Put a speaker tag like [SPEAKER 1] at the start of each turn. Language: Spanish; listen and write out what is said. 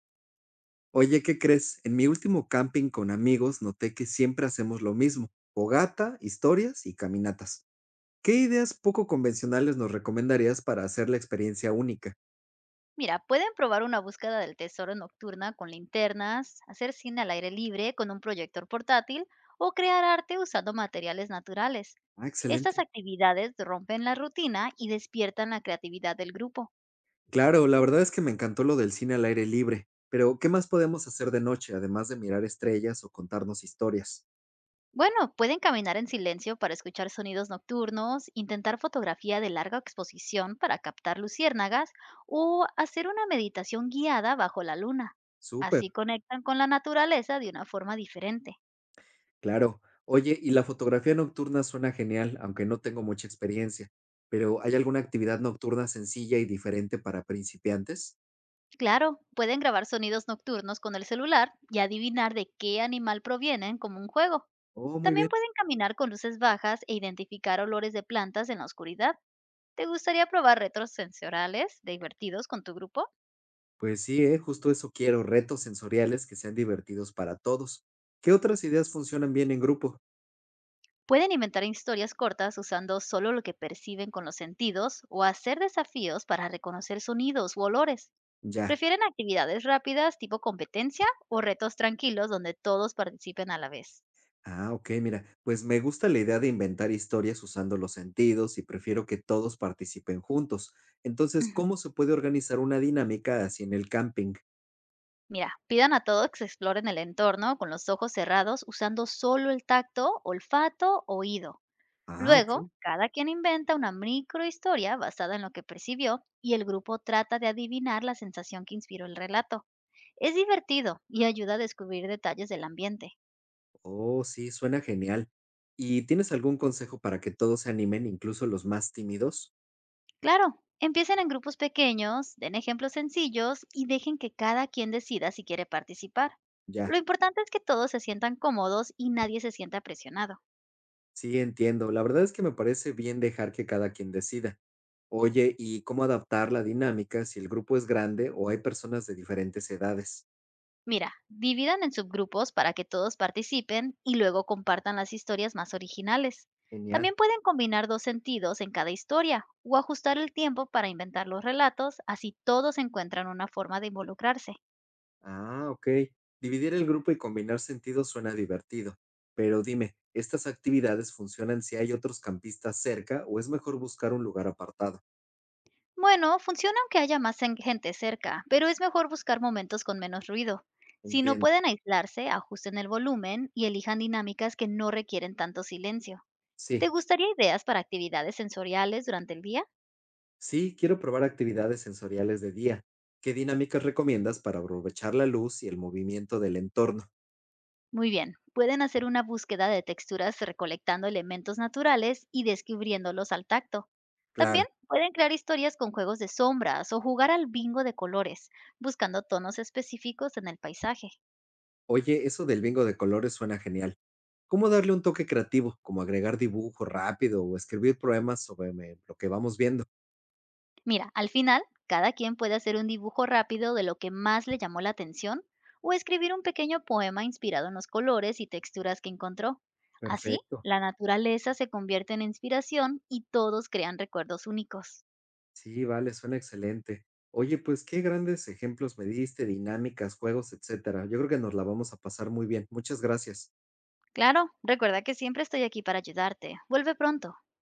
[SPEAKER 1] Oye, ¿qué crees? En mi último camping con amigos noté que siempre hacemos lo mismo, fogata, historias y caminatas. ¿Qué ideas poco convencionales nos recomendarías para hacer la experiencia única?
[SPEAKER 2] Mira, pueden probar una búsqueda del tesoro nocturna con linternas, hacer cine al aire libre con un proyector portátil o crear arte usando materiales naturales.
[SPEAKER 1] Ah,
[SPEAKER 2] Estas
[SPEAKER 1] excelente.
[SPEAKER 2] actividades rompen la rutina y despiertan la creatividad del grupo.
[SPEAKER 1] Claro, la verdad es que me encantó lo del cine al aire libre, pero ¿qué más podemos hacer de noche, además de mirar estrellas o contarnos historias?
[SPEAKER 2] Bueno, pueden caminar en silencio para escuchar sonidos nocturnos, intentar fotografía de larga exposición para captar luciérnagas o hacer una meditación guiada bajo la luna.
[SPEAKER 1] Súper,
[SPEAKER 2] Así conectan con la naturaleza de una forma diferente.
[SPEAKER 1] claro. Oye, y la fotografía nocturna suena genial, aunque no tengo mucha experiencia, pero ¿hay alguna actividad nocturna sencilla y diferente para principiantes?
[SPEAKER 2] Claro, pueden grabar sonidos nocturnos con el celular y adivinar de qué animal provienen como un juego.
[SPEAKER 1] Oh, muy
[SPEAKER 2] También
[SPEAKER 1] bien.
[SPEAKER 2] pueden caminar con luces bajas e identificar olores de plantas en la oscuridad. ¿Te gustaría probar retos sensoriales divertidos con tu grupo?
[SPEAKER 1] Pues sí, ¿eh? Justo eso quiero, retos sensoriales que sean divertidos para todos. ¿Qué otras ideas funcionan bien en grupo?
[SPEAKER 2] Pueden inventar historias cortas usando solo lo que perciben con los sentidos o hacer desafíos para reconocer sonidos u olores.
[SPEAKER 1] Ya.
[SPEAKER 2] ¿Prefieren actividades rápidas tipo competencia o retos tranquilos donde todos participen a la vez?
[SPEAKER 1] Ah, ok, mira, pues me gusta la idea de inventar historias usando los sentidos y prefiero que todos participen juntos. Entonces,
[SPEAKER 2] Ujú.
[SPEAKER 1] ¿cómo se puede organizar una dinámica así en el camping?
[SPEAKER 2] Mira, pidan a todos que exploren el entorno con los ojos cerrados usando solo el tacto, olfato, oído.
[SPEAKER 1] Ah,
[SPEAKER 2] Luego,
[SPEAKER 1] ok.
[SPEAKER 2] cada quien inventa una microhistoria basada en lo que percibió y el grupo trata de adivinar la sensación que inspiró el relato. Es divertido y ayuda a descubrir detalles del ambiente.
[SPEAKER 1] Oh, sí, suena genial. ¿Y tienes algún consejo para que todos se animen, incluso los más tímidos?
[SPEAKER 2] Claro, empiecen en grupos pequeños, den ejemplos sencillos y dejen que cada quien decida si quiere participar. Lo
[SPEAKER 1] Ya.
[SPEAKER 2] importante es que todos se sientan cómodos y nadie se sienta presionado.
[SPEAKER 1] Sí, entiendo. La verdad es que me parece bien dejar que cada quien decida. Oye, ¿y cómo adaptar la dinámica si el grupo es grande o hay personas de diferentes edades?
[SPEAKER 2] Mira, dividan en subgrupos para que todos participen y luego compartan las historias más originales.
[SPEAKER 1] Genial.
[SPEAKER 2] También pueden combinar dos sentidos en cada historia o ajustar el tiempo para inventar los relatos, así todos encuentran una forma de involucrarse.
[SPEAKER 1] Ah, ok. Dividir el grupo y combinar sentidos suena divertido. Pero dime, ¿estas actividades funcionan si hay otros campistas cerca o es mejor buscar un lugar apartado?
[SPEAKER 2] Bueno, funciona aunque haya gente cerca, pero es mejor buscar momentos con menos ruido. Si no
[SPEAKER 1] Entiendo.
[SPEAKER 2] pueden aislarse, ajusten el volumen y elijan dinámicas que no requieren tanto silencio. ¿Te
[SPEAKER 1] Sí.
[SPEAKER 2] gustaría ideas para actividades sensoriales durante el día?
[SPEAKER 1] Sí, quiero probar actividades sensoriales de día. ¿Qué dinámicas recomiendas para aprovechar la luz y el movimiento del entorno?
[SPEAKER 2] Muy bien, pueden hacer una búsqueda de texturas recolectando elementos naturales y descubriéndolos al tacto. También
[SPEAKER 1] Claro.
[SPEAKER 2] pueden crear historias con juegos de sombras o jugar al bingo de colores, buscando tonos específicos en el paisaje.
[SPEAKER 1] Oye, eso del bingo de colores suena genial. ¿Cómo darle un toque creativo, como agregar dibujo rápido o escribir poemas sobre lo que vamos viendo?
[SPEAKER 2] Mira, al final, cada quien puede hacer un dibujo rápido de lo que más le llamó la atención o escribir un pequeño poema inspirado en los colores y texturas que encontró. Así,
[SPEAKER 1] Perfecto.
[SPEAKER 2] la naturaleza se convierte en inspiración y todos crean recuerdos únicos.
[SPEAKER 1] Sí, vale, suena excelente. Oye, pues qué grandes ejemplos me diste, dinámicas, juegos, etcétera. Yo creo que nos la vamos a pasar muy bien. Muchas gracias.
[SPEAKER 2] Claro, recuerda que siempre estoy aquí para ayudarte. Vuelve pronto.